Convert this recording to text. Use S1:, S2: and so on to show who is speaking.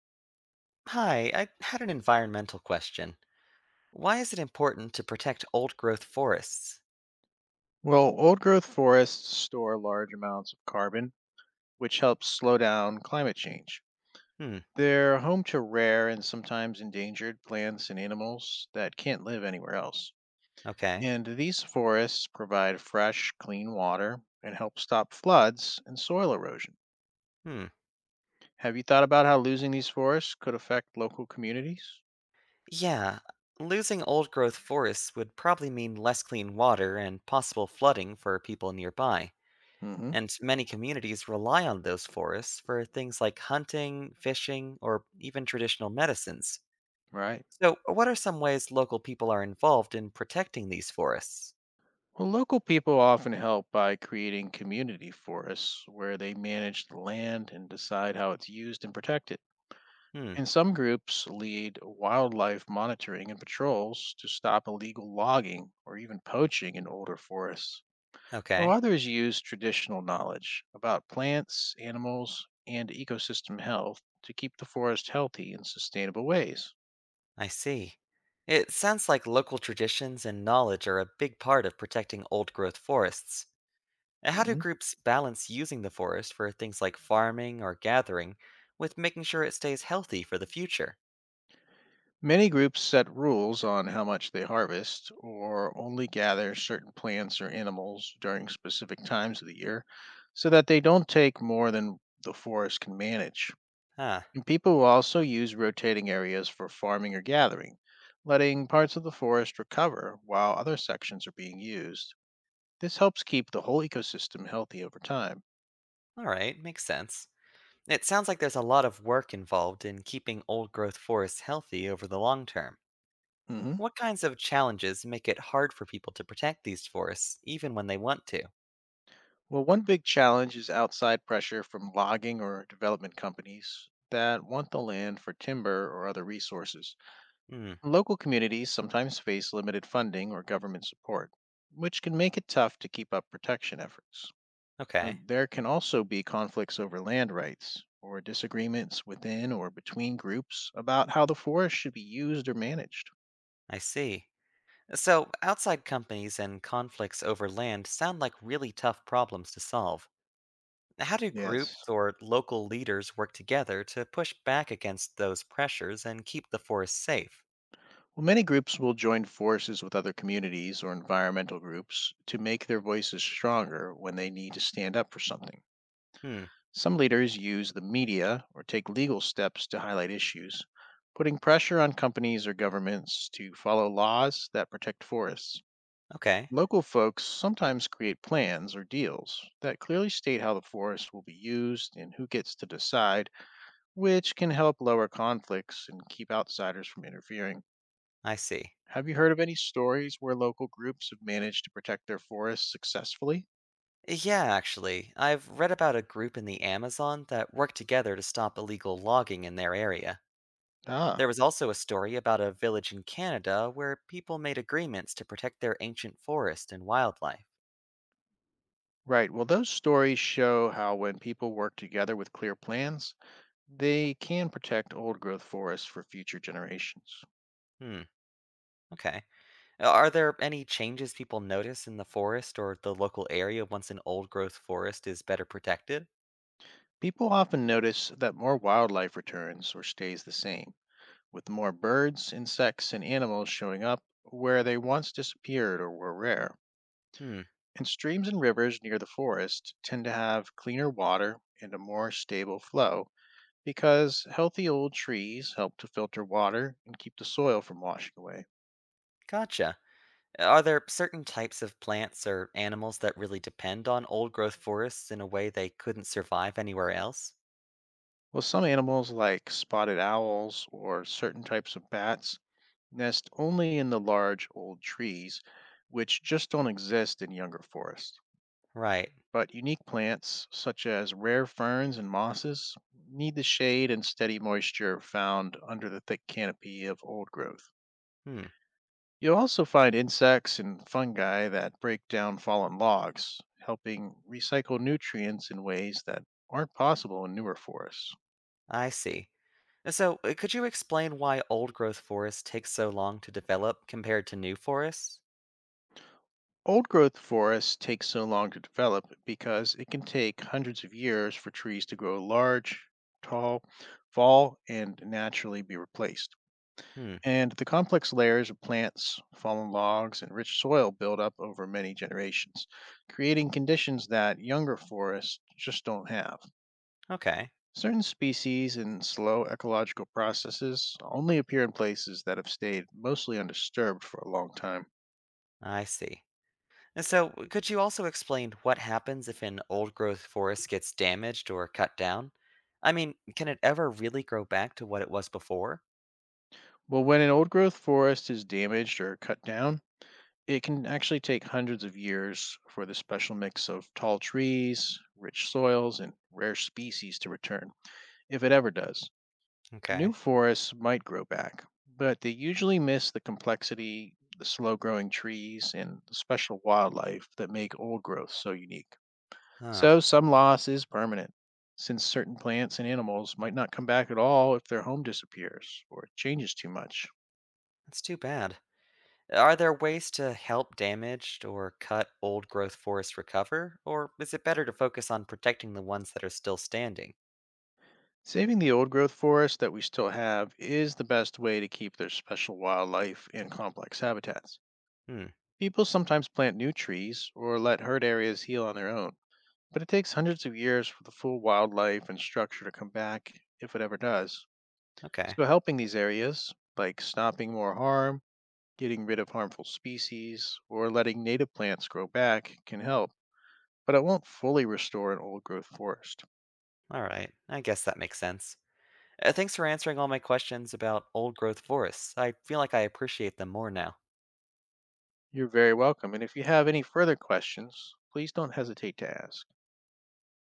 S1: Hi, I had an environmental question. Why is it important to protect old growth forests?
S2: Well, old growth forests store large amounts of carbon, which helps slow down climate change.
S1: Hmm,
S2: They're home to rare and sometimes endangered plants and animals that can't live anywhere else.
S1: okay.
S2: And these forests provide fresh, clean water and help stop floods and soil erosion.
S1: Hmm.
S2: Have you thought about how losing these forests could affect local communities?
S1: Yeah, losing old growth forests would probably mean less clean water and possible flooding for people nearby.
S2: Hmm.
S1: And many communities rely on those forests for things like hunting, fishing, or even traditional medicines.
S2: Right.
S1: So, what are some ways local people are involved in protecting these forests?
S2: Well, local people often help by creating community forests where they manage the land and decide how it's used and protected.
S1: Hmm,
S2: And some groups lead wildlife monitoring and patrols to stop illegal logging or even poaching in older forests, while
S1: okay.
S2: others use traditional knowledge about plants, animals, and ecosystem health to keep the forest healthy in sustainable ways.
S1: I see. It sounds like local traditions and knowledge are a big part of protecting old growth forests. How do
S2: Hmm.
S1: groups balance using the forest for things like farming or gathering with making sure it stays healthy for the future?
S2: Many groups set rules on how much they harvest or only gather certain plants or animals during specific times of the year so that they don't take more than the forest can manage.
S1: Ah,
S2: And people will also use rotating areas for farming or gathering, letting parts of the forest recover while other sections are being used. This helps keep the whole ecosystem healthy over time.
S1: alright, makes sense. It sounds like there's a lot of work involved in keeping old growth forests healthy over the long term.
S2: Hmm.
S1: What kinds of challenges make it hard for people to protect these forests even when they want to?
S2: Well, one big challenge is outside pressure from logging or development companies that want the land for timber or other resources.
S1: Hmm,
S2: Local communities sometimes face limited funding or government support, which can make it tough to keep up protection efforts. Uh,
S1: okay,
S2: There can also be conflicts over land rights or disagreements within or between groups about how the forest should be used or managed.
S1: I see. So, outside companies and conflicts over land sound like really tough problems to solve. How do
S2: Yes.
S1: groups or local leaders work together to push back against those pressures and keep the forest safe?
S2: Well, many groups will join forces with other communities or environmental groups to make their voices stronger when they need to stand up for something.
S1: Hmm,
S2: Some leaders use the media or take legal steps to highlight issues, putting pressure on companies or governments to follow laws that protect forests.
S1: okay,
S2: Local folks sometimes create plans or deals that clearly state how the forest will be used and who gets to decide, which can help lower conflicts and keep outsiders from interfering.
S1: I see.
S2: Have you heard of any stories where local groups have managed to protect their forests successfully?
S1: Yeah, actually, I've read about a group in the Amazon that worked together to stop illegal logging in their area.
S2: Ah.
S1: There was also a story about a village in Canada where people made agreements to protect their ancient forest and wildlife.
S2: Right. Well, those stories show how when people work together with clear plans, they can protect old growth forests for future generations.
S1: Hmm, okay. Are there any changes people notice in the forest or the local area once an old growth forest is better protected?
S2: People often notice that more wildlife returns or stays the same with more birds, insects, and animals showing up where they once disappeared or were rare.
S1: Hmm,
S2: And streams and rivers near the forest tend to have cleaner water and a more stable flow because healthy old trees help to filter water and keep the soil from washing away.
S1: gotcha. Are there certain types of plants or animals that really depend on old growth forests in a way they couldn't survive anywhere else?
S2: Well, some animals like spotted owls or certain types of bats nest only in the large old trees, which just don't exist in younger forests.
S1: Right.
S2: But unique plants such as rare ferns and mosses need the shade and steady moisture found under the thick canopy of old growth.
S1: Hmm,
S2: You'll also find insects and fungi that break down fallen logs, helping recycle nutrients in ways that aren't possible in newer forests.
S1: I see. So, could you explain why old growth forests take so long to develop compared to new forests?
S2: Old growth forests take so long to develop because it can take hundreds of years for trees to grow large, tall, fall, and naturally be replaced.
S1: Hmm,
S2: And the complex layers of plants, fallen logs, and rich soil build up over many generations, creating conditions that younger forests just don't have.
S1: okay.
S2: Certain species and slow ecological processes only appear in places that have stayed mostly undisturbed for a long time.
S1: I see. And so, could you also explain what happens if an old growth forest gets damaged or cut down? I mean, can it ever really grow back to what it was before?
S2: Well, when an old growth forest is damaged or cut down, it can actually take hundreds of years for the special mix of tall trees, rich soils, and rare species to return, if it ever does. New
S1: Okay.
S2: forests might grow back, but they usually miss the complexity, the slow growing trees, and the special wildlife that make old growth so unique.
S1: Huh.
S2: So some loss is permanent, since certain plants and animals might not come back at all if their home disappears or changes too much.
S1: That's too bad. Are there ways to help damaged or cut old growth forests recover? Or is it better to focus on protecting the ones that are still standing?
S2: Saving the old growth forest that we still have is the best way to keep their special wildlife and complex habitats.
S1: Hmm.
S2: People sometimes plant new trees or let herd areas heal on their own, but it takes hundreds of years for the full wildlife and structure to come back, if it ever does.
S1: Okay.
S2: So, helping these areas, like stopping more harm, getting rid of harmful species, or letting native plants grow back, can help, but it won't fully restore an old growth forest.
S1: All right. I guess that makes sense. Thanks for answering all my questions about old growth forests. I feel like I appreciate them more now.
S2: You're very welcome, and if you have any further questions, please don't hesitate to ask.